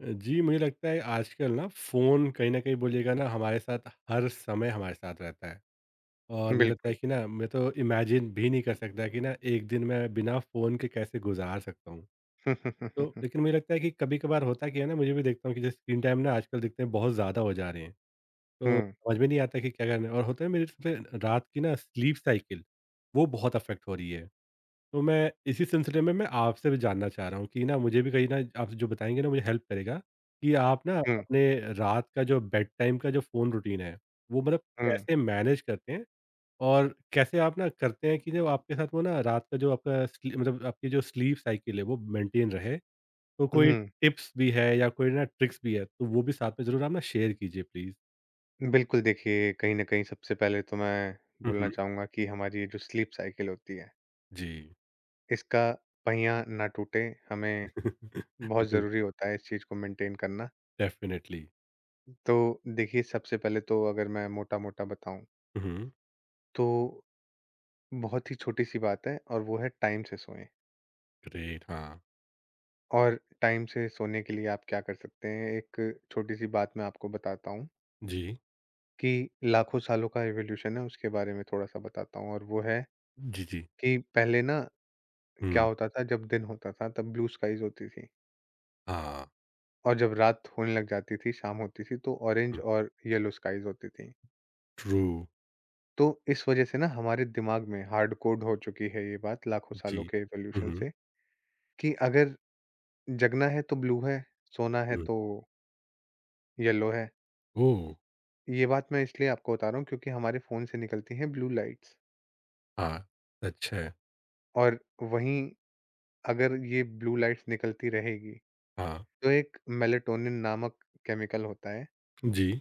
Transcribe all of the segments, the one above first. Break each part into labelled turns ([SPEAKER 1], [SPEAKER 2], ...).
[SPEAKER 1] जी, मुझे लगता है आजकल ना फ़ोन कहीं न कहीं बोलिएगा ना हमारे साथ हर समय हमारे साथ रहता है। और मुझे लगता
[SPEAKER 2] बिल्कुल।
[SPEAKER 1] है कि ना मैं तो इमेजिन भी नहीं कर सकता कि ना एक दिन मैं बिना फ़ोन के कैसे गुज़ार सकता हूँ। तो लेकिन मुझे लगता है कि कभी-कभार होता क्या है ना मुझे भी देखता हूँ कि जैसे स्क्रीन टाइम ना आजकल देखते हैं बहुत ज़्यादा हो जा रहे हैं। तो
[SPEAKER 2] हुँ,
[SPEAKER 1] समझ में नहीं आता कि क्या करना है और होता है मेरे साथ रात की ना स्लीप साइकिल, वो बहुत अफ़ेक्ट हो रही है। तो मैं इसी सिलसिले में मैं आपसे भी जानना चाह रहा हूँ कि ना मुझे भी कहीं ना आप जो बताएँगे ना मुझे हेल्प करेगा कि आप ना
[SPEAKER 2] हुँ,
[SPEAKER 1] अपने रात का जो बेड टाइम का जो फ़ोन रूटीन है, वो मतलब
[SPEAKER 2] हुँ,
[SPEAKER 1] कैसे मैनेज करते हैं? और कैसे आप ना करते हैं कि जब आपके साथ वो ना रात का जो आपका स्ली मतलब आपकी जो स्लीप साइकिल है वो मेंटेन रहे? तो कोई
[SPEAKER 2] हुँ।
[SPEAKER 1] टिप्स भी है या कोई ना ट्रिक्स भी है, तो वो भी साथ में ज़रूर आप ना शेयर कीजिए प्लीज़?
[SPEAKER 2] बिल्कुल, देखिए कहीं न कहीं सबसे पहले तो मैं
[SPEAKER 1] हुँ,
[SPEAKER 2] बोलना
[SPEAKER 1] हुँ।
[SPEAKER 2] चाहूँगा कि हमारी ये जो स्लीप साइकिल होती है,
[SPEAKER 1] जी।
[SPEAKER 2] इसका पहिया ना टूटे, हमें बहुत
[SPEAKER 1] बिल्कुल,
[SPEAKER 2] ज़रूरी होता है इस चीज़ को मेंटेन करना।
[SPEAKER 1] डेफ़िनिटली।
[SPEAKER 2] तो देखिए सबसे पहले तो अगर मैं मोटा-मोटा बताऊँ,
[SPEAKER 1] हुँ, हुँ।
[SPEAKER 2] तो बहुत ही छोटी-सी बात है और वो है टाइम से सोएँ।
[SPEAKER 1] ग्रेट, हाँ।
[SPEAKER 2] और टाइम से सोने के लिए आप क्या कर सकते हैं, एक छोटी-सी बात मैं आपको बताता हूँ।
[SPEAKER 1] जी।
[SPEAKER 2] कि लाखों सालों का इवोल्यूशन है उसके बारे में थोड़ा-सा बताता हूँ और वो है
[SPEAKER 1] जी, जी।
[SPEAKER 2] कि पहले ना क्या
[SPEAKER 1] हुँ।
[SPEAKER 2] होता था जब दिन होता था तब ब्लू स्काईज़ होती थी
[SPEAKER 1] हाँ,
[SPEAKER 2] और जब रात होने लग जाती थी, शाम होती थी तो ऑरेंज
[SPEAKER 1] हुँ,
[SPEAKER 2] और येलो स्काईज़ होती थी।
[SPEAKER 1] ट्रू।
[SPEAKER 2] तो इस वजह से ना हमारे दिमाग में हार्ड कोड हो चुकी है ये बात लाखों सालों
[SPEAKER 1] जी।
[SPEAKER 2] के
[SPEAKER 1] हुँ,
[SPEAKER 2] इवोल्यूशन
[SPEAKER 1] हुँ,
[SPEAKER 2] से कि अगर जगना है तो ब्लू है, सोना है
[SPEAKER 1] हुँ,
[SPEAKER 2] तो येलो है।
[SPEAKER 1] ओह!
[SPEAKER 2] ये बात मैं इसलिए आपको बता रहा हूँ क्योंकि हमारे फ़ोन से निकलती हैं ब्लू लाइट्स
[SPEAKER 1] हाँ, अच्छा है।
[SPEAKER 2] और वहीं अगर ये ब्लू लाइट्स निकलती रहेगी
[SPEAKER 1] हाँ,
[SPEAKER 2] तो एक मेलेटोनिन नामक केमिकल होता है,
[SPEAKER 1] जी,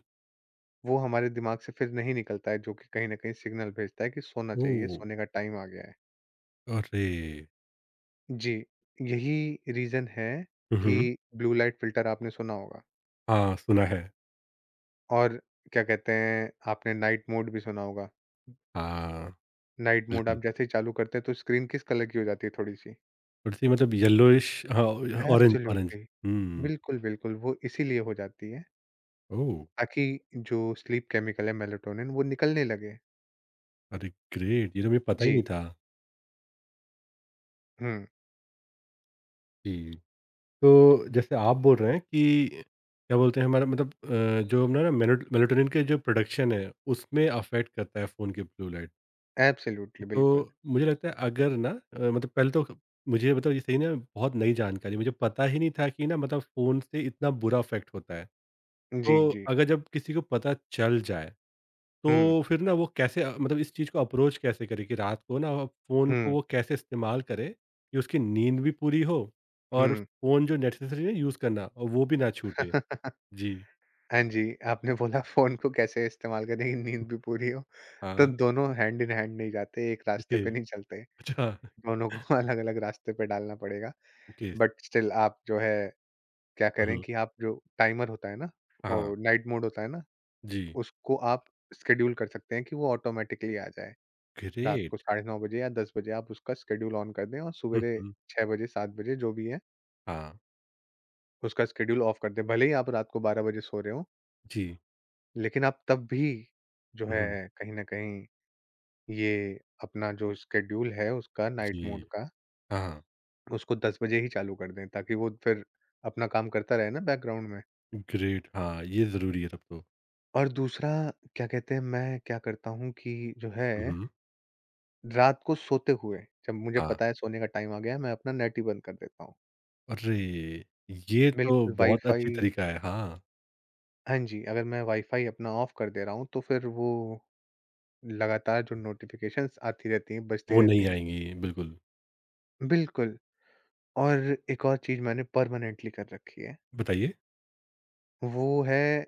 [SPEAKER 2] वो हमारे दिमाग से फिर नहीं निकलता है, जो कि कहीं न कहीं सिग्नल भेजता है कि सोना चाहिए,
[SPEAKER 1] ओह!
[SPEAKER 2] सोने का टाइम आ गया है।
[SPEAKER 1] अरे!
[SPEAKER 2] जी, यही रीज़न है
[SPEAKER 1] हुँ, हुँ,
[SPEAKER 2] कि ब्लू लाइट फ़िल्टर आपने सुना होगा
[SPEAKER 1] हाँ, सुना है।
[SPEAKER 2] और क्या कहते हैं, आपने नाइट मोड भी सुना होगा।
[SPEAKER 1] हाँ,
[SPEAKER 2] नाइट मोड
[SPEAKER 1] बिल्कुल,
[SPEAKER 2] आप जैसे ही चालू करते हैं, तो स्क्रीन किस कलर की हो जाती है थोड़ी-सी?
[SPEAKER 1] थोड़ी-सी मतलब येलोइश हाँ, ऑरेंज ऑरेंज
[SPEAKER 2] एब्सोल्युटली।
[SPEAKER 1] हुँ,
[SPEAKER 2] बिल्कुल, बिल्कुल, वो इसीलिए हो जाती है,
[SPEAKER 1] ओह!
[SPEAKER 2] ताकि जो स्लीप केमिकल है मेलेटोनिन, वो निकलने लगे।
[SPEAKER 1] अरे ग्रेट! ये तो मुझे पता ही
[SPEAKER 2] जी।
[SPEAKER 1] नहीं था।
[SPEAKER 2] हुँ,
[SPEAKER 1] जी, तो जैसे आप बोल रहे हैं कि क्या बोलते हैं हमारा मतलब जो अपना ना मेलो मेलाटोनिन के जो प्रोडक्शन है उसमें अफ़ेक्ट करता है फ़ोन की ब्लू लाइट।
[SPEAKER 2] एब्सोल्युटली, बिल्कुल।
[SPEAKER 1] तो मुझे लगता है अगर ना मतलब पहले तो मुझे मतलब ये सही ना बहुत नई जानकारी मुझे पता ही नहीं था कि ना मतलब फ़ोन से इतना बुरा इफ़ेक्ट होता है। तो
[SPEAKER 2] जी, जी।
[SPEAKER 1] अगर जब किसी को पता चल जाए,
[SPEAKER 2] हुँ,
[SPEAKER 1] तो फिर ना वो कैसे मतलब इस चीज़ को अप्रोच कैसे करे कि रात को ना फ़ोन को
[SPEAKER 2] हुँ,
[SPEAKER 1] वो कैसे इस्तेमाल करे कि उसकी नींद भी पूरी हो और
[SPEAKER 2] हुँ।
[SPEAKER 1] फ़ोन जो नेसेसरी है यूज़ करना और वो भी ना छूटे? जी।
[SPEAKER 2] हाँ जी, आपने बोला फ़ोन को कैसे इस्तेमाल करें कि नींद भी पूरी हो, तो
[SPEAKER 1] हाँ,
[SPEAKER 2] दोनों हैंड इन हैंड नहीं जाते, एक रास्ते
[SPEAKER 1] ओके।
[SPEAKER 2] पे नहीं चलते।
[SPEAKER 1] अच्छा।
[SPEAKER 2] दोनों को अलग-अलग रास्ते पे डालना पड़ेगा।
[SPEAKER 1] ओके।
[SPEAKER 2] बट स्टिल आप जो है क्या
[SPEAKER 1] हुँ,
[SPEAKER 2] करें
[SPEAKER 1] हुँ।
[SPEAKER 2] कि आप जो टाइमर होता है ना
[SPEAKER 1] हाँ,
[SPEAKER 2] और नाइट मोड होता है ना,
[SPEAKER 1] जी।
[SPEAKER 2] उसको आप शेड्यूल कर सकते हैं कि वो ऑटोमैटिकली आ जाए। रात को
[SPEAKER 1] ग्रेट।
[SPEAKER 2] 9:30 बजे या 10 बजे आप उसका शेड्यूल ऑन कर दें और
[SPEAKER 1] हुँ,
[SPEAKER 2] सुबेरे
[SPEAKER 1] हुँ।
[SPEAKER 2] 6 बजे, 7 बजे जो भी है,
[SPEAKER 1] हाँ।
[SPEAKER 2] उसका शेड्यूल ऑफ कर दें। भले ही आप रात को 12 बजे सो रहे हो।
[SPEAKER 1] जी।
[SPEAKER 2] लेकिन आप तब भी जो है
[SPEAKER 1] हुँ,
[SPEAKER 2] कहीं न कहीं ये अपना जो शेड्यूल है उसका नाइट
[SPEAKER 1] जी।
[SPEAKER 2] मोड का,
[SPEAKER 1] हाँ, हाँ।
[SPEAKER 2] उसको 10 बजे ही चालू कर दें ताकि वो फिर अपना काम करता रहे ना बैकग्राउंड में।
[SPEAKER 1] ग्रेट हाँ, ये ज़रूरी है तब तो।
[SPEAKER 2] और दूसरा क्या कहते हैं मैं क्या करता हूँ कि जो है
[SPEAKER 1] हुँ, हुँ।
[SPEAKER 2] रात को सोते हुए जब मुझे
[SPEAKER 1] हाँ।
[SPEAKER 2] पता है सोने का टाइम आ गया है मैं अपना नेट ही बंद कर देता हूँ।
[SPEAKER 1] अरे! ये तो
[SPEAKER 2] बिल्कुल
[SPEAKER 1] बहुत
[SPEAKER 2] वाई-फाई,
[SPEAKER 1] अच्छी तरीका है। हाँ,
[SPEAKER 2] हाँ जी, अगर मैं वाई-फाई अपना ऑफ कर दे रहा हूँ तो फिर वो लगातार जो नोटिफ़िकेशंस आती रहती हैं, बजती
[SPEAKER 1] वो नहीं
[SPEAKER 2] रहती हैं।
[SPEAKER 1] आएँगी, बिल्कुल।
[SPEAKER 2] बिल्कुल। और एक और चीज़ मैंने परमानेंटली कर रखी है,
[SPEAKER 1] बताइए?
[SPEAKER 2] वो है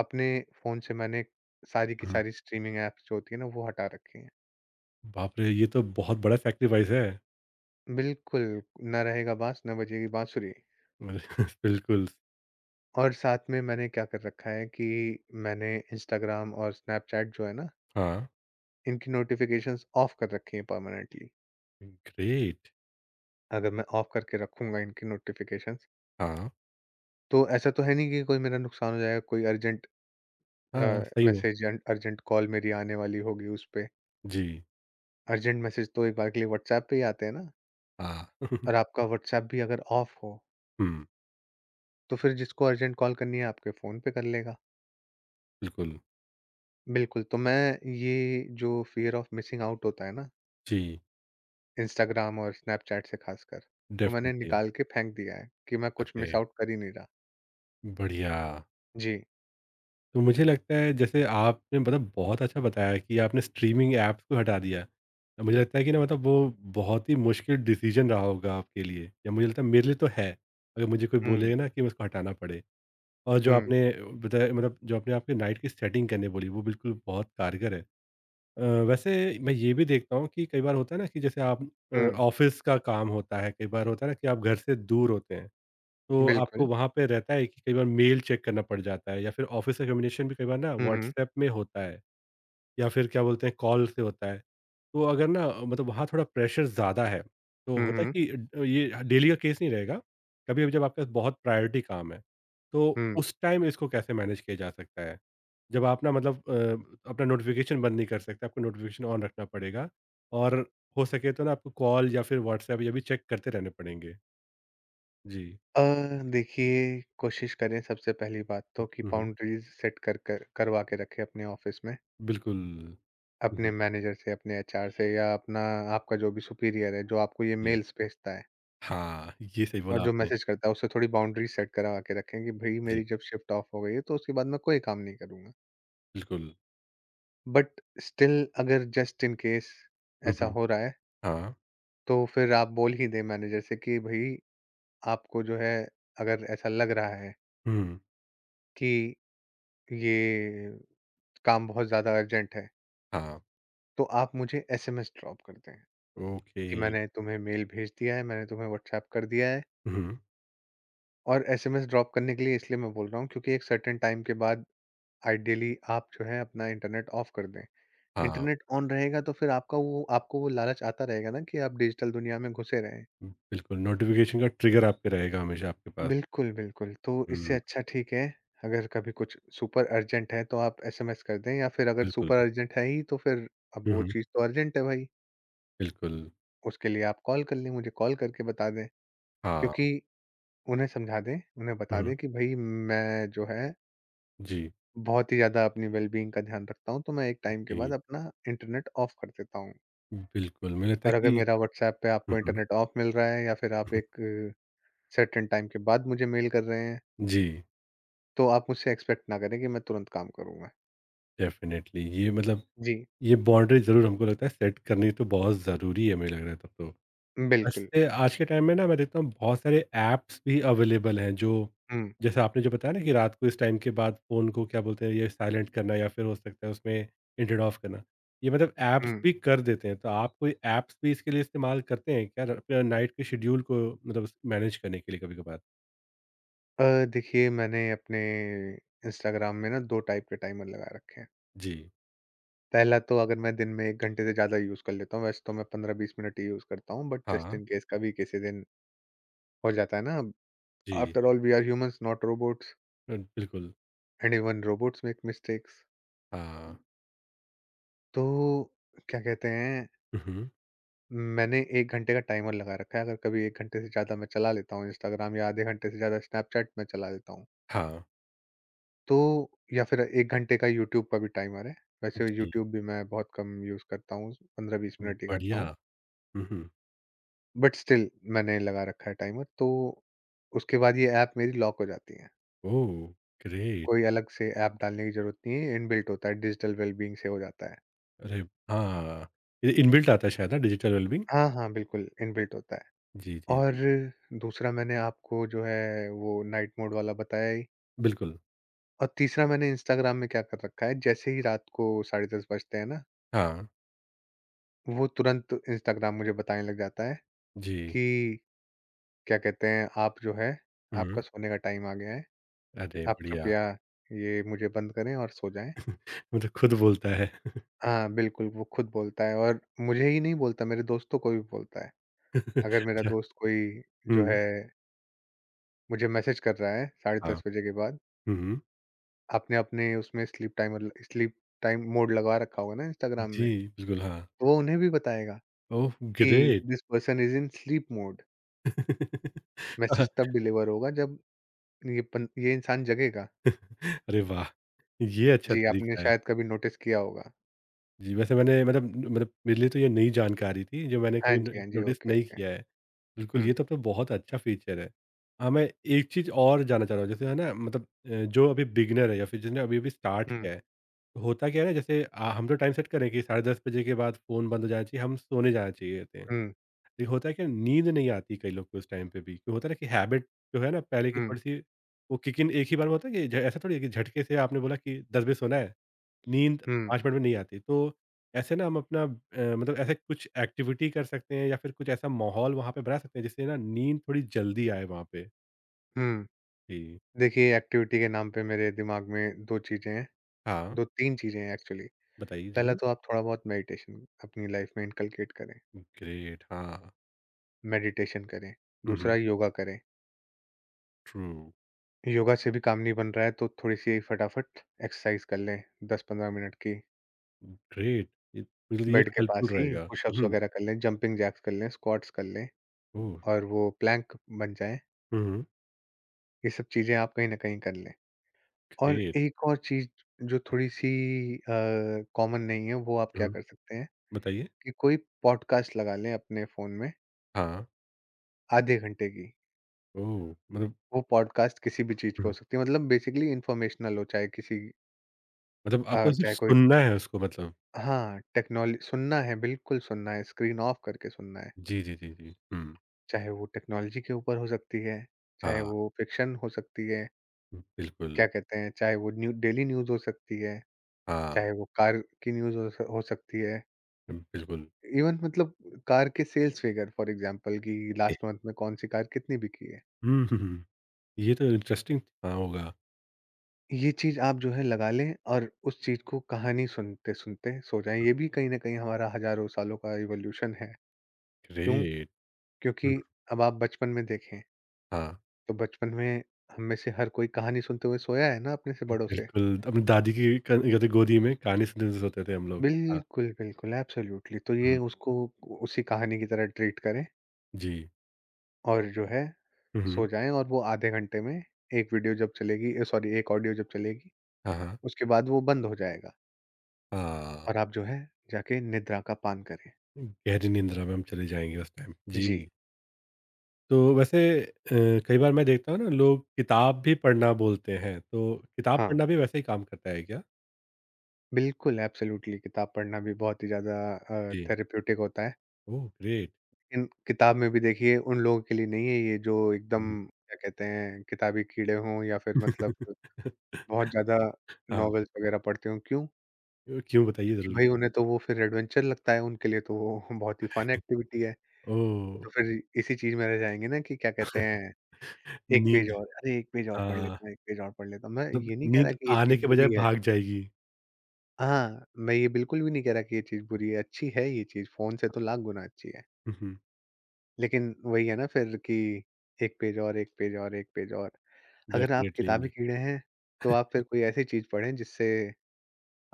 [SPEAKER 2] अपने फ़ोन से मैंने सारी की
[SPEAKER 1] हुँ।
[SPEAKER 2] सारी स्ट्रीमिंग ऐप्स जो होती है ना, वो हटा रखी हैं।
[SPEAKER 1] बाप रे! ये तो बहुत बड़ा सैक्रिफ़ाइस है।
[SPEAKER 2] बिल्कुल, ना रहेगा बाँस, ना बजेगी बाँसुरी।
[SPEAKER 1] अरे, बिल्कुल,
[SPEAKER 2] और साथ में मैंने क्या कर रखा है कि मैंने इंस्टाग्राम और स्नैपचैट जो है ना,
[SPEAKER 1] हाँ।
[SPEAKER 2] इनकी नोटिफ़िकेशंस ऑफ कर रखी हैं परमानेंटली।
[SPEAKER 1] ग्रेट
[SPEAKER 2] अगर मैं ऑफ करके रखूँगा इनकी नोटिफ़िकेशंस,
[SPEAKER 1] हाँ,
[SPEAKER 2] तो ऐसा तो है नहीं कि कोई मेरा नुकसान हो जाएगा, कोई अर्जेंट अ,
[SPEAKER 1] हाँ, सही में।
[SPEAKER 2] मैसेज या अर्जेंट कॉल मेरी आने वाली होगी उस पे।
[SPEAKER 1] जी,
[SPEAKER 2] अर्जेंट मैसेज तो एक बार के लिए व्हाट्सएप पे ही आते हैं ना
[SPEAKER 1] हाँ।
[SPEAKER 2] और आपका व्हाट्सएप भी अगर ऑफ हो
[SPEAKER 1] हुँ,
[SPEAKER 2] तो फिर जिसको अर्जेंट कॉल करनी है आपके फ़ोन पे कर लेगा।
[SPEAKER 1] बिल्कुल।
[SPEAKER 2] बिल्कुल, तो मैं ये जो फ़ियर ऑफ मिसिंग आउट होता है ना
[SPEAKER 1] जी,
[SPEAKER 2] इंस्टाग्राम और स्नैपचैट से ख़ासकर, वो मैंने
[SPEAKER 1] डेफ़िनिटली।
[SPEAKER 2] निकाल के फेंक दिया है कि मैं कुछ मिस
[SPEAKER 1] अरे!
[SPEAKER 2] आउट कर ही नहीं रहा।
[SPEAKER 1] बढ़िया।
[SPEAKER 2] जी।
[SPEAKER 1] तो मुझे लगता है जैसे आपने मतलब बहुत अच्छा बताया कि आपने स्ट्रीमिंग ऐप्स को हटा दिया। मुझे लगता है कि ना मतलब वो बहुत ही मुश्किल डिसीजन रहा होगा आपके लिए या मुझे लगता है मेरे लिए तो है। अगर मुझे कोई
[SPEAKER 2] हुँ,
[SPEAKER 1] बोलेगा ना कि उसको हटाना पड़े और जो
[SPEAKER 2] हुँ,
[SPEAKER 1] आपने बताया मतलब जो आपने आपके नाइट की सेटिंग करने बोली वो बिल्कुल बहुत कारगर है। अ, वैसे मैं ये भी देखता हूँ कि कई बार होता है ना कि जैसे आप
[SPEAKER 2] हुँ,
[SPEAKER 1] ऑफ़िस का काम होता है, कई बार होता है ना कि आप घर से दूर होते हैं। तो आपको
[SPEAKER 2] बिल्कुल।
[SPEAKER 1] वहाँ पे रहता है कि कई बार मेल चेक करना पड़ जाता है या फिर ऑफ़िस का कम्युनिकेशन भी कई बार ना
[SPEAKER 2] हुँ, हुँ,
[SPEAKER 1] व्हाट्सएप में होता है या फिर क्या बोलते हैं कॉल से होता है। तो अगर ना मतलब वहाँ थोड़ा प्रेशर ज़्यादा है, तो
[SPEAKER 2] हुँ,
[SPEAKER 1] होता है
[SPEAKER 2] हुँ,
[SPEAKER 1] कि ये डेली का केस नहीं रहेगा, कभी-कभी जब आपके पास बहुत प्रायोरिटी काम है, तो
[SPEAKER 2] हुँ।
[SPEAKER 1] उस टाइम इसको कैसे मैनेज किया जा सकता है? जब आप ना मतलब अपना नोटिफ़िकेशन बंद नहीं कर सकते, आपको नोटिफ़िकेशन ऑन रखना पड़ेगा और हो सके तो ना आपको कॉल या फिर व्हाट्सएप ये भी चेक करते रहने पड़ेंगे। जी।
[SPEAKER 2] अ, देखिए कोशिश करें सबसे पहली बात
[SPEAKER 1] हुँ,
[SPEAKER 2] तो कि
[SPEAKER 1] हुँ, हुँ।
[SPEAKER 2] बाउंड्रीज़ सेट कर कर करवा के रखें अपने ऑफ़िस में।
[SPEAKER 1] बिल्कुल। हुँ,
[SPEAKER 2] अपने
[SPEAKER 1] हुँ।
[SPEAKER 2] मैनेजर से, अपने एचआर से या अपना आपका जो भी सुपीरियर है, जो आपको ये
[SPEAKER 1] जी।
[SPEAKER 2] मेल्स भेजता है
[SPEAKER 1] हाँ, ये सही
[SPEAKER 2] और
[SPEAKER 1] बोला
[SPEAKER 2] जो
[SPEAKER 1] आपने।
[SPEAKER 2] मैसेज करता है, उससे थोड़ी बाउंड्री सेट करवा के रखें कि भई
[SPEAKER 1] जी,
[SPEAKER 2] मेरी जब शिफ्ट ऑफ हो गई है, तो उसके बाद मैं कोई काम नहीं करूँगा।
[SPEAKER 1] बिल्कुल।
[SPEAKER 2] बट स्टिल अगर जस्ट इन केस
[SPEAKER 1] हुँ,
[SPEAKER 2] ऐसा
[SPEAKER 1] हुँ।
[SPEAKER 2] हो रहा है,
[SPEAKER 1] हाँ।
[SPEAKER 2] तो फिर आप बोल ही दें मैनेजर से कि भई आपको जो है अगर ऐसा लग रहा है
[SPEAKER 1] हुँ,
[SPEAKER 2] कि ये काम बहुत ज़्यादा अर्जेंट है,
[SPEAKER 1] हाँ।
[SPEAKER 2] तो आप मुझे एसएमएस ड्रॉप कर दें
[SPEAKER 1] ओके।
[SPEAKER 2] कि मैंने तुम्हें मेल भेज दिया है, मैंने तुम्हें व्हाट्सएप कर दिया है।
[SPEAKER 1] हुँ,
[SPEAKER 2] और एसएमएस ड्रॉप करने के लिए इसलिए मैं बोल रहा हूँ क्योंकि एक सर्टेन टाइम के बाद आइडियली आप जो है अपना इंटरनेट ऑफ कर दें।
[SPEAKER 1] हाँ।
[SPEAKER 2] इंटरनेट ऑन रहेगा तो फिर आपका वो आपको वो लालच आता रहेगा ना कि आप डिजिटल दुनिया में घुसे रहें।
[SPEAKER 1] बिल्कुल, नोटिफ़िकेशन का ट्रिगर आपके रहेगा हमेशा आपके पास।
[SPEAKER 2] बिल्कुल, बिल्कुल। तो इससे
[SPEAKER 1] हुँ,
[SPEAKER 2] अच्छा ठीक है, अगर कभी कुछ सुपर अर्जेंट है तो आप एसएमएस कर दें या फिर अगर
[SPEAKER 1] बिल्कुल।
[SPEAKER 2] सुपर अर्जेंट है ही तो फिर अब
[SPEAKER 1] हुँ,
[SPEAKER 2] वो
[SPEAKER 1] हुँ,
[SPEAKER 2] चीज़ तो अर्जेंट है भाई।
[SPEAKER 1] बिल्कुल।
[SPEAKER 2] उसके लिए आप कॉल कर लें, मुझे कॉल करके बता दें।
[SPEAKER 1] हाँ।
[SPEAKER 2] क्योंकि उन्हें समझा दें, उन्हें
[SPEAKER 1] हुँ,
[SPEAKER 2] बता
[SPEAKER 1] हुँ।
[SPEAKER 2] दें कि भई मैं जो है
[SPEAKER 1] जी,
[SPEAKER 2] बहुत ही ज़्यादा अपनी वेल-बीइंग का ध्यान रखता हूँ, तो मैं एक टाइम के
[SPEAKER 1] जी।
[SPEAKER 2] बाद अपना इंटरनेट ऑफ कर देता हूँ।
[SPEAKER 1] बिल्कुल, मुझे लगता है
[SPEAKER 2] और अगर
[SPEAKER 1] कि
[SPEAKER 2] मेरा व्हाट्सऐप पे
[SPEAKER 1] हुँ,
[SPEAKER 2] आपको
[SPEAKER 1] हुँ,
[SPEAKER 2] इंटरनेट ऑफ मिल रहा है या फिर आप
[SPEAKER 1] हुँ।
[SPEAKER 2] एक सर्टेन टाइम के बाद मुझे मेल कर रहे हैं,
[SPEAKER 1] जी,
[SPEAKER 2] तो आप मुझसे एक्सपेक्ट ना करें कि मैं तुरंत काम करूँगा।
[SPEAKER 1] डेफ़िनेटली ये मतलब
[SPEAKER 2] जी,
[SPEAKER 1] ये बाउंड्री ज़रूर हमको लगता है सेट करनी तो बहुत ज़रूरी है, मुझे लग रहा है तब तो।
[SPEAKER 2] बिल्कुल।
[SPEAKER 1] वैसे आज के टाइम में ना मैं देखता हूँ बहुत सारे ऐप्स भी अवेलेबल हैं जो
[SPEAKER 2] हुँ,
[SPEAKER 1] जैसे आपने जो बताया ना कि रात को इस टाइम के बाद फ़ोन को क्या बोलते हैं ये साइलेंट करना या फिर हो सकता है उसमें इंटरन ऑफ करना। ये मतलब ऐप्स
[SPEAKER 2] हुँ।
[SPEAKER 1] भी कर देते हैं, तो आप कोई ऐप्स भी इसके लिए इस्तेमाल करते हैं क्या अपने नाइट के शेड्यूल को मतलब उस मैनेज करने के लिए कभी-कभार?
[SPEAKER 2] अ, देखिए मैंने अपने इंस्टाग्राम में ना 2 टाइप के टाइमर लगा रखे हैं।
[SPEAKER 1] जी।
[SPEAKER 2] पहला तो अगर मैं दिन में 1 घंटे से ज़्यादा यूज़ कर लेता हूँ, वैसे तो मैं 15-20 मिनट ही यूज़ करता हूँ बट जस्ट
[SPEAKER 1] हाँ,
[SPEAKER 2] इन केस कभी किसी दिन हो जाता है ना,
[SPEAKER 1] जी।
[SPEAKER 2] After all we are humans not robots.
[SPEAKER 1] बिल्कुल।
[SPEAKER 2] And even robots make mistakes.
[SPEAKER 1] हाँ।
[SPEAKER 2] तो क्या कहते हैं,
[SPEAKER 1] हुँ, हुँ।
[SPEAKER 2] मैंने 1 घंटे का टाइमर लगा रखा है, अगर कभी 1 घंटे से ज़्यादा मैं चला लेता हूँ इंस्टाग्राम या आधे घंटे से ज़्यादा स्नैपचैट में चला लेता हूँ
[SPEAKER 1] हाँ।
[SPEAKER 2] तो, या फिर 1 घंटे का यूट्यूब का भी टाइमर है। वैसे
[SPEAKER 1] जी।
[SPEAKER 2] यूट्यूब भी मैं बहुत कम यूज़ करता हूँ, 15-20 मिनट ही करता
[SPEAKER 1] बढ़िया।
[SPEAKER 2] हूँ।
[SPEAKER 1] हुँ, हुँ।
[SPEAKER 2] बट स्टिल मैंने लगा रखा है टाइमर, तो उसके बाद ये ऐप मेरी लॉक हो जाती है।
[SPEAKER 1] ओह! ग्रेट।
[SPEAKER 2] कोई अलग से ऐप डालने की जरूरत नहीं है, इनबिल्ट होता है, डिजिटल वेलबींग से हो जाता है।
[SPEAKER 1] अरे! हाँ। ये इनबिल्ट आता है शायद ना डिजिटल वेलबींग?
[SPEAKER 2] हाँ हाँ बिल्कुल इनबिल्ट होता है।
[SPEAKER 1] जी, जी,
[SPEAKER 2] और
[SPEAKER 1] जी।
[SPEAKER 2] दूसरा मैंने आपको जो है वो नाइट मोड वाला बताया ही,
[SPEAKER 1] बिल्कुल,
[SPEAKER 2] और तीसरा मैंने इंस्टाग्राम में क्या कर रखा है, जैसे ही रात को 10:30 बजते हैं ना,
[SPEAKER 1] हाँ,
[SPEAKER 2] वो तुरंत इंस्टाग्राम मुझे बताने लग जाता है
[SPEAKER 1] जी।
[SPEAKER 2] कि क्या कहते हैं, आप जो है आपका
[SPEAKER 1] हुँ,
[SPEAKER 2] सोने का टाइम आ गया है।
[SPEAKER 1] अरे
[SPEAKER 2] आप
[SPEAKER 1] बढ़िया,
[SPEAKER 2] कृपया ये मुझे बंद करें और सो जाएँ।
[SPEAKER 1] मतलब खुद बोलता है।
[SPEAKER 2] हाँ, बिल्कुल वो खुद बोलता है और मुझे ही नहीं बोलता मेरे दोस्तों को भी बोलता है। अगर मेरा
[SPEAKER 1] अच्छा
[SPEAKER 2] दोस्त कोई जो
[SPEAKER 1] हुँ,
[SPEAKER 2] है मुझे मैसेज कर रहा है
[SPEAKER 1] हाँ।
[SPEAKER 2] 10:30 बजे के बाद,
[SPEAKER 1] हुँ, हुँ।
[SPEAKER 2] आपने अपने उसमें स्लीप टाइम मोड लगवा रखा होगा ना इंस्टाग्राम
[SPEAKER 1] जी,
[SPEAKER 2] में,
[SPEAKER 1] बिल्कुल हाँ।
[SPEAKER 2] तो वो उन्हें भी बताएगा
[SPEAKER 1] ओह
[SPEAKER 2] कि
[SPEAKER 1] great!
[SPEAKER 2] This person is in sleep mode. Message तब डिलीवर होगा जब ये इंसान जगेगा।
[SPEAKER 1] अरे वाह! ये अच्छा
[SPEAKER 2] जी, आपने
[SPEAKER 1] तरीका है।
[SPEAKER 2] शायद कभी नोटिस किया होगा।
[SPEAKER 1] जी, वैसे मैंने मतलब मेरे लिए तो ये नई जानकारी थी जो मैंने
[SPEAKER 2] हाँ
[SPEAKER 1] कभी
[SPEAKER 2] जी,
[SPEAKER 1] न
[SPEAKER 2] हाँ जी,
[SPEAKER 1] नोटिस
[SPEAKER 2] ओके,
[SPEAKER 1] नहीं
[SPEAKER 2] ओके।
[SPEAKER 1] किया है। बिल्कुल,
[SPEAKER 2] हुँ,
[SPEAKER 1] ये तो आपका बहुत अच्छा फीचर है। हाँ, मैं एक चीज़ और जानना चाह रहा हूँ जैसे है ना मतलब जो अभी बिगिनर है या फिर जिसने अभी-अभी स्टार्ट
[SPEAKER 2] हुँ,
[SPEAKER 1] किया है होता क्या है ना जैसे हम तो टाइम सेट करें कि 10:30 बजे के बाद फ़ोन बंद हो जाना चाहिए, हम सोने जाना चाहिए थे।
[SPEAKER 2] हुँ,
[SPEAKER 1] लेकिन होता है क्या है, नींद नहीं आती कई लोग को उस टाइम पे भी, क्यों होता है ना कि हैबिट जो है ना पहले की
[SPEAKER 2] हुँ,
[SPEAKER 1] थोड़ी-सी वो किक इन एक ही बार में होता है कि ज ऐसा थोड़ी है कि झटके से आपने बोला कि 10 बजे सोना है, नींद
[SPEAKER 2] हुँ,
[SPEAKER 1] 5 मिनट में नहीं आती। तो ऐसे ना हम अपना मतलब ऐसे कुछ एक्टिविटी कर सकते हैं या फिर कुछ ऐसा माहौल वहाँ पे बना सकते हैं जिससे ना नींद थोड़ी जल्दी आए वहाँ पे।
[SPEAKER 2] हुँ।
[SPEAKER 1] जी।
[SPEAKER 2] देखिए एक्टिविटी के नाम पे मेरे दिमाग में 2 चीज़ें हैं,
[SPEAKER 1] हाँ,
[SPEAKER 2] 2-3 चीज़ें हैं एक्चुअली।
[SPEAKER 1] बताइए
[SPEAKER 2] पहला
[SPEAKER 1] ज़रूर।
[SPEAKER 2] तो आप थोड़ा बहुत मेडिटेशन अपनी लाइफ़ में इनकलकेट करें,
[SPEAKER 1] ग्रेट हाँ।
[SPEAKER 2] मेडिटेशन करें,
[SPEAKER 1] हुँ,
[SPEAKER 2] दूसरा
[SPEAKER 1] हुँ।
[SPEAKER 2] योगा करें।
[SPEAKER 1] ट्रू।
[SPEAKER 2] योगा से भी काम नहीं बन रहा है तो थोड़ी-सी फटाफट एक्सरसाइज कर लें 10-15 मिनट की।
[SPEAKER 1] ग्रेट! ये मेरे लिए
[SPEAKER 2] बेड के
[SPEAKER 1] हेल्पफुल
[SPEAKER 2] पास ही
[SPEAKER 1] रहेगा।
[SPEAKER 2] पुशअप्स
[SPEAKER 1] हुँ,
[SPEAKER 2] वगैरह कर लें, जंपिंग जैक्स कर लें, स्क्वाट्स कर लें
[SPEAKER 1] ओह!
[SPEAKER 2] और वो प्लैंक बन जाएँ।
[SPEAKER 1] हुँ।
[SPEAKER 2] ये सब चीज़ें आप कहीं न कहीं कर लें। और
[SPEAKER 1] ग्रेट!
[SPEAKER 2] एक और चीज़ जो थोड़ी-सी अ, कॉमन नहीं है वो आप क्या
[SPEAKER 1] हुँ।
[SPEAKER 2] कर सकते हैं
[SPEAKER 1] बताइए?
[SPEAKER 2] कि कोई पॉडकास्ट लगा लें अपने फ़ोन में
[SPEAKER 1] हाँ,
[SPEAKER 2] आधे घंटे की।
[SPEAKER 1] ओह! मतलब
[SPEAKER 2] वो पॉडकास्ट किसी भी चीज़ पे
[SPEAKER 1] हुँ।
[SPEAKER 2] हो सकती है, मतलब बेसिकली इन्फॉर्मेशनल हो, चाहे किसी
[SPEAKER 1] मतलब आपको
[SPEAKER 2] अ,
[SPEAKER 1] सिर्फ़
[SPEAKER 2] चाहे कोई
[SPEAKER 1] सुनना है उसको मतलब।
[SPEAKER 2] हाँ, टेक्नोल सुनना है, बिल्कुल सुनना है, स्क्रीन ऑफ करके सुनना है।
[SPEAKER 1] जी, जी, जी, जी। हुँ,
[SPEAKER 2] चाहे वो टेक्नोलॉजी के ऊपर हो सकती है, चाहे
[SPEAKER 1] हाँ,
[SPEAKER 2] वो फ़िक्शन हो सकती है,
[SPEAKER 1] बिल्कुल।
[SPEAKER 2] क्या कहते हैं, चाहे वो न्यू डेली न्यूज़ हो सकती है,
[SPEAKER 1] हाँ,
[SPEAKER 2] चाहे वो कार की न्यूज़ हो सकती है।
[SPEAKER 1] बिल्कुल।
[SPEAKER 2] इवन मतलब कार के सेल्स फिगर फॉर एग्ज़ाम्पल कि
[SPEAKER 1] ओके।
[SPEAKER 2] लास्ट मंथ में कौन-सी कार कितनी बिकी है।
[SPEAKER 1] हुँ, हुँ, हुँ। ये तो इंटरेस्टिंग हाँ, होगा।
[SPEAKER 2] ये चीज़ आप जो है लगा लें और उस चीज़ को कहानी सुनते-सुनते सो जाएँ। ये भी कहीं न कहीं हमारा हज़ारों सालों का इवोल्यूशन है। क्यों?
[SPEAKER 1] ग्रेट! हुँ।
[SPEAKER 2] क्योंकि अब आप बचपन में देखें,
[SPEAKER 1] हाँ,
[SPEAKER 2] तो बचपन में हम में से हर कोई कहानी सुनते हुए सोया है ना अपने से बड़ों से।
[SPEAKER 1] बिल्कुल। अपनी दादी की क कहते गोदी में कहानी सुनते सोते थे हम लोग। हाँ,
[SPEAKER 2] बिल्कुल, बिल्कुल, एब्सोल्यूटली। तो ये
[SPEAKER 1] हुँ,
[SPEAKER 2] उसको उसी कहानी की तरह ट्रीट करें
[SPEAKER 1] जी।
[SPEAKER 2] और जो है
[SPEAKER 1] हुँ, हुँ।
[SPEAKER 2] सो जाएँ और वो आधे घंटे में एक वीडियो जब चलेगी, सॉरी, एक ऑडियो जब चलेगी,
[SPEAKER 1] हाँ, हाँ।
[SPEAKER 2] उसके बाद वो बंद हो जाएगा
[SPEAKER 1] हाँ,
[SPEAKER 2] और आप जो है जाके निद्रा का पान करें।
[SPEAKER 1] गहरी निंद्रा में हम चले जाएँगे उस टाइम। जी।
[SPEAKER 2] जी,
[SPEAKER 1] तो वैसे कई बार मैं देखता हूँ ना लोग किताब भी पढ़ना बोलते हैं, तो किताब
[SPEAKER 2] हाँ,
[SPEAKER 1] पढ़ना भी वैसा ही काम करता है क्या?
[SPEAKER 2] बिल्कुल एब्सोल्यूटली, किताब पढ़ना भी बहुत ही ज़्यादा
[SPEAKER 1] जी।
[SPEAKER 2] थेरेप्यूटिक होता है।
[SPEAKER 1] ओह! ग्रेट।
[SPEAKER 2] इन किताब में भी देखिए उन लोगों के लिए नहीं है ये जो एकदम क्या कहते हैं किताबी कीड़े हों या फिर मतलब
[SPEAKER 1] हुँ।
[SPEAKER 2] बहुत ज़्यादा
[SPEAKER 1] हाँ,
[SPEAKER 2] नॉवेल्स वगैरह पढ़ते हों, क्यों?
[SPEAKER 1] क्यों बताइए
[SPEAKER 2] क्योंकि
[SPEAKER 1] ज़रूर।
[SPEAKER 2] भाई उन्हें तो वो फिर एडवेंचर लगता है, उनके लिए तो वो बहुत ही फन एक्टिविटी है। वो
[SPEAKER 1] ओह!
[SPEAKER 2] तो फिर इसी चीज़ में रह जाएँगे ना कि क्या कहते हैं, 1 पेज
[SPEAKER 1] नींद
[SPEAKER 2] और, अरे 1 पेज और पढ़
[SPEAKER 1] हाँ,
[SPEAKER 2] लेता हूँ, 1 पेज और पढ़ लेता हूँ। मैं
[SPEAKER 1] मतलब
[SPEAKER 2] ये नहीं कह
[SPEAKER 1] नींद
[SPEAKER 2] रहा कि ये
[SPEAKER 1] आने
[SPEAKER 2] चीज़
[SPEAKER 1] के बजाय
[SPEAKER 2] बुरी है।
[SPEAKER 1] भाग जाएगी।
[SPEAKER 2] हाँ, मैं ये बिल्कुल भी नहीं कह रहा कि ये चीज़ बुरी है, अच्छी है ये चीज़, फ़ोन से तो लाख गुना अच्छी है।
[SPEAKER 1] हुँ, हुँ,
[SPEAKER 2] लेकिन वही है ना फिर कि 1 पेज और, 1 पेज और, 1 पेज और। अगर आप
[SPEAKER 1] डेफ़िनिटली।
[SPEAKER 2] किताबी कीड़े हैं, तो आप फिर कोई ऐसी चीज़ पढ़ें जिससे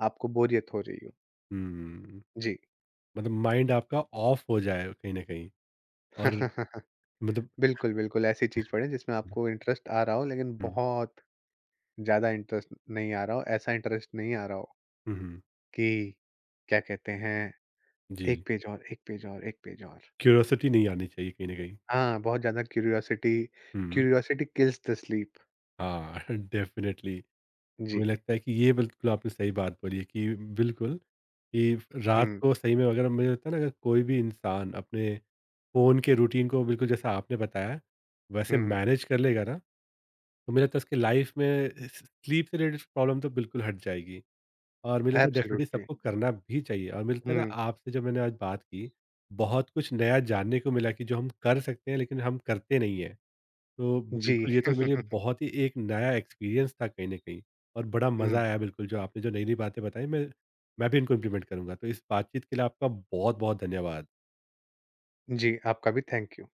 [SPEAKER 2] आपको बोरियत हो रही हो।
[SPEAKER 1] हुँ,
[SPEAKER 2] जी।
[SPEAKER 1] मतलब माइंड आपका ऑफ हो जाए कहीं न कहीं और मतलब
[SPEAKER 2] बिल्कुल, बिल्कुल ऐसी चीज़ पढ़ें जिसमें
[SPEAKER 1] हुँ,
[SPEAKER 2] आपको इंटरेस्ट आ रहा हो लेकिन
[SPEAKER 1] हुँ,
[SPEAKER 2] बहुत ज़्यादा इंटरेस्ट नहीं आ रहा हो, ऐसा इंटरेस्ट नहीं आ रहा हो
[SPEAKER 1] हुँ, हुँ,
[SPEAKER 2] कि क्या कहते हैं,
[SPEAKER 1] जी,
[SPEAKER 2] 1 पेज और, 1 पेज और, 1 पेज और।
[SPEAKER 1] क्यूरियोसिटी नहीं आनी चाहिए कहीं न कहीं।
[SPEAKER 2] हाँ, बहुत ज़्यादा क्यूरियोसिटी
[SPEAKER 1] हुँ,
[SPEAKER 2] क्यूरियोसिटी किल्स द स्लीप।
[SPEAKER 1] हाँ, डेफ़िनिटली।
[SPEAKER 2] जी।
[SPEAKER 1] मुझे लगता है कि ये बिल्कुल आपने सही बात बोली है कि बिल्कुल, कि रात
[SPEAKER 2] हुँ,
[SPEAKER 1] को सही में अगर मुझे लगता है ना अगर कोई भी इंसान अपने फ़ोन के रूटीन को बिल्कुल जैसा आपने बताया, वैसे
[SPEAKER 2] हुँ,
[SPEAKER 1] मैनेज कर लेगा ना, तो मुझे लगता है उसकी लाइफ़ में स स्लीप से रिलेटेड प्रॉब्लम तो बिल्कुल हट जाएगी और मुझे लगता है डेफ़िनिटली
[SPEAKER 2] एब्सोल्युटली।
[SPEAKER 1] सबको करना भी चाहिए और मुझे लगता है ना
[SPEAKER 2] हुँ,
[SPEAKER 1] आपसे जो मैंने आज बात की, बहुत कुछ नया जानने को मिला कि जो हम कर सकते हैं लेकिन हम करते नहीं हैं। तो
[SPEAKER 2] जी।
[SPEAKER 1] बिल्कुल ये तो मेरे लिए बहुत ही एक नया एक्सपीरियंस था कहीं न कहीं और बड़ा मज़ा
[SPEAKER 2] हुँ,
[SPEAKER 1] आया बिल्कुल जो आपने जो नई-नई बातें बताई मैं भी इनको इम्प्लीमेंट करूँगा। तो इस बातचीत के लिए आपका बहुत-बहुत धन्यवाद।
[SPEAKER 2] जी, आपका भी थैंक यू।